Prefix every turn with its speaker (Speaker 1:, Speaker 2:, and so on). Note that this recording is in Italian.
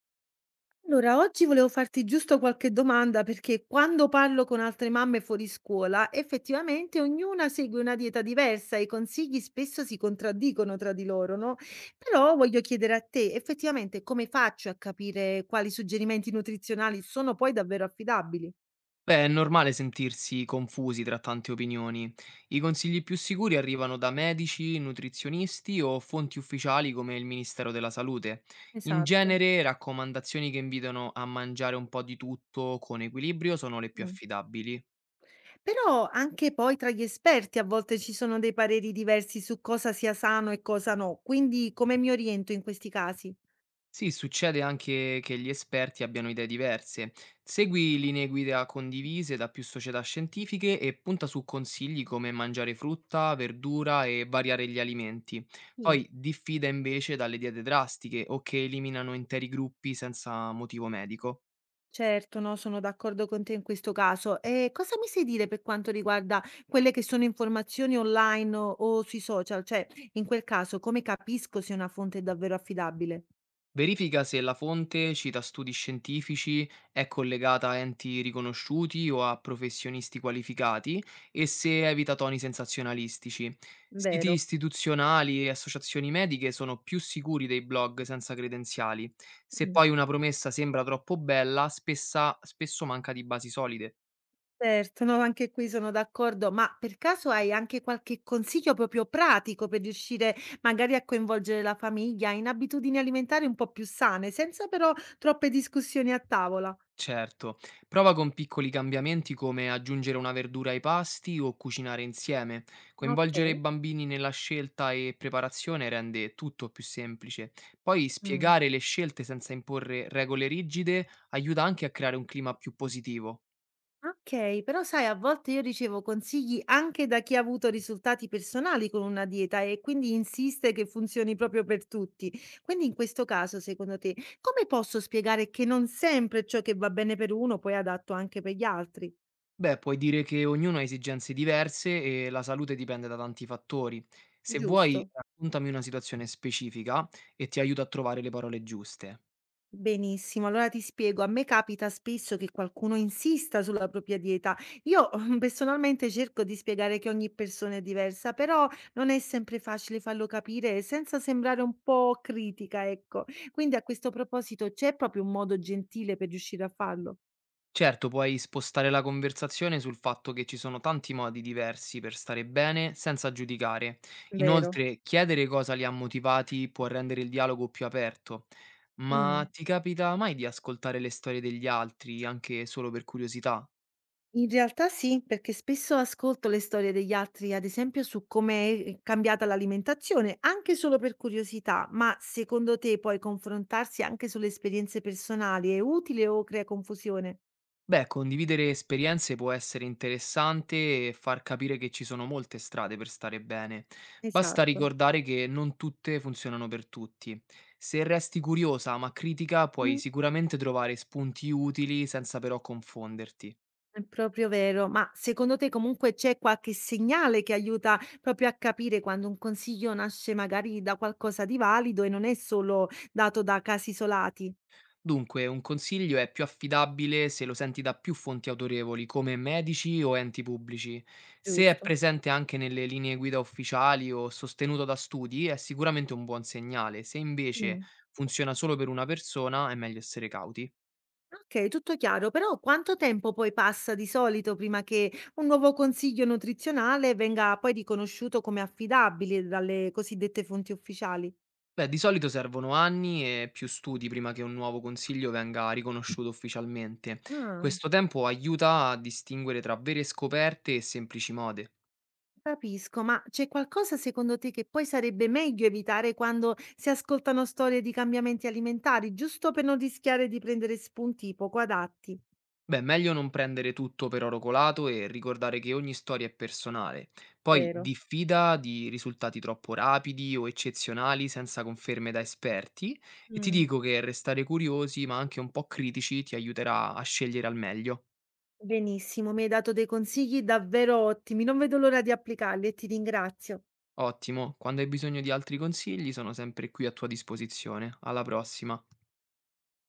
Speaker 1: Allora, oggi volevo farti giusto qualche domanda perché quando parlo con altre mamme fuori scuola, effettivamente ognuna segue una dieta diversa e i consigli spesso si contraddicono tra di loro, no? Però voglio chiedere a te, effettivamente, come faccio a capire quali suggerimenti nutrizionali sono poi davvero affidabili?
Speaker 2: Beh, è normale sentirsi confusi tra tante opinioni. I consigli più sicuri arrivano da medici, nutrizionisti o fonti ufficiali come il Ministero della Salute. In
Speaker 1: Esatto.
Speaker 2: genere, raccomandazioni che invitano a mangiare un po' di tutto con equilibrio sono le più
Speaker 1: Mm.
Speaker 2: affidabili.
Speaker 1: Però anche poi tra gli esperti a volte ci sono dei pareri diversi su cosa sia sano e cosa no, quindi come mi oriento in questi casi?
Speaker 2: Sì, succede anche che gli esperti abbiano idee diverse. Segui linee guida condivise da più società scientifiche e punta su consigli come mangiare frutta, verdura e variare gli alimenti.
Speaker 1: Sì.
Speaker 2: Poi diffida invece dalle diete drastiche o che eliminano interi gruppi senza motivo medico.
Speaker 1: Certo, no, sono d'accordo con te in questo caso. E cosa mi sai dire per quanto riguarda quelle che sono informazioni online o sui social? Cioè, in quel caso, come capisco se una fonte è davvero affidabile?
Speaker 2: Verifica se la fonte cita studi scientifici, è collegata a enti riconosciuti o a professionisti qualificati e se evita toni sensazionalistici. Siti
Speaker 1: Vero.
Speaker 2: istituzionali e associazioni mediche sono più sicuri dei blog senza credenziali. Se
Speaker 1: Mm.
Speaker 2: poi una promessa sembra troppo bella, spesso manca di basi solide.
Speaker 1: Certo, no, anche qui sono d'accordo, ma per caso hai anche qualche consiglio proprio pratico per riuscire magari a coinvolgere la famiglia in abitudini alimentari un po' più sane, senza però troppe discussioni a tavola?
Speaker 2: Certo, prova con piccoli cambiamenti come aggiungere una verdura ai pasti o cucinare insieme.
Speaker 1: Ok.
Speaker 2: Coinvolgere i bambini nella scelta e preparazione rende tutto più semplice. Poi
Speaker 1: Mm.
Speaker 2: spiegare le scelte senza imporre regole rigide aiuta anche a creare un clima più positivo.
Speaker 1: Okay, però sai a volte io ricevo consigli anche da chi ha avuto risultati personali con una dieta e quindi insiste che funzioni proprio per tutti. Quindi in questo caso, secondo te, come posso spiegare che non sempre ciò che va bene per uno poi è adatto anche per gli altri?
Speaker 2: Beh, puoi dire che ognuno ha esigenze diverse e la salute dipende da tanti fattori. Se vuoi,
Speaker 1: Giusto?
Speaker 2: raccontami una situazione specifica e ti aiuto a trovare le parole giuste.
Speaker 1: Benissimo, allora ti spiego, a me capita spesso che qualcuno insista sulla propria dieta. Io personalmente cerco di spiegare che ogni persona è diversa, però non è sempre facile farlo capire senza sembrare un po' critica, ecco. Quindi a questo proposito c'è proprio un modo gentile per riuscire a farlo.
Speaker 2: Certo, puoi spostare la conversazione sul fatto che ci sono tanti modi diversi per stare bene senza giudicare.
Speaker 1: Vero.
Speaker 2: Inoltre, chiedere cosa li ha motivati può rendere il dialogo più aperto. Ma
Speaker 1: Mm.
Speaker 2: ti capita mai di ascoltare le storie degli altri, anche solo per curiosità?
Speaker 1: In realtà sì, perché spesso ascolto le storie degli altri, ad esempio su come è cambiata l'alimentazione, anche solo per curiosità, ma secondo te poi confrontarsi anche sulle esperienze personali è utile o crea confusione?
Speaker 2: Beh, condividere esperienze può essere interessante e far capire che ci sono molte strade per stare bene. Basta
Speaker 1: Esatto.
Speaker 2: ricordare che non tutte funzionano per tutti. Se resti curiosa ma critica, puoi
Speaker 1: Mm.
Speaker 2: sicuramente trovare spunti utili senza però confonderti.
Speaker 1: È proprio vero, ma secondo te comunque c'è qualche segnale che aiuta proprio a capire quando un consiglio nasce magari da qualcosa di valido e non è solo dato da casi isolati?
Speaker 2: Dunque, un consiglio è più affidabile se lo senti da più fonti autorevoli, come medici o enti pubblici. Se è
Speaker 1: Giusto.
Speaker 2: presente anche nelle linee guida ufficiali o sostenuto da studi, è sicuramente un buon segnale. Se invece funziona solo per una persona, è meglio essere cauti.
Speaker 1: Okay, tutto chiaro, però quanto tempo poi passa di solito prima che un nuovo consiglio nutrizionale venga poi riconosciuto come affidabile dalle cosiddette fonti ufficiali?
Speaker 2: Beh, di solito servono anni e più studi prima che un nuovo consiglio venga riconosciuto ufficialmente.
Speaker 1: Ah,
Speaker 2: Questo tempo aiuta a distinguere tra vere scoperte e semplici mode.
Speaker 1: capisco, ma c'è qualcosa secondo te che poi sarebbe meglio evitare quando si ascoltano storie di cambiamenti alimentari, giusto per non rischiare di prendere spunti poco adatti?
Speaker 2: Beh, meglio non prendere tutto per oro colato e ricordare che ogni storia è personale. Poi
Speaker 1: Vero.
Speaker 2: diffida di risultati troppo rapidi o eccezionali senza conferme da esperti e ti
Speaker 1: Mh,
Speaker 2: dico che restare curiosi ma anche un po' critici ti aiuterà a scegliere al meglio.
Speaker 1: benissimo, mi hai dato dei consigli davvero ottimi, non vedo l'ora di applicarli e ti ringrazio.
Speaker 2: Ottimo, quando hai bisogno di altri consigli sono sempre qui a tua disposizione. Alla prossima.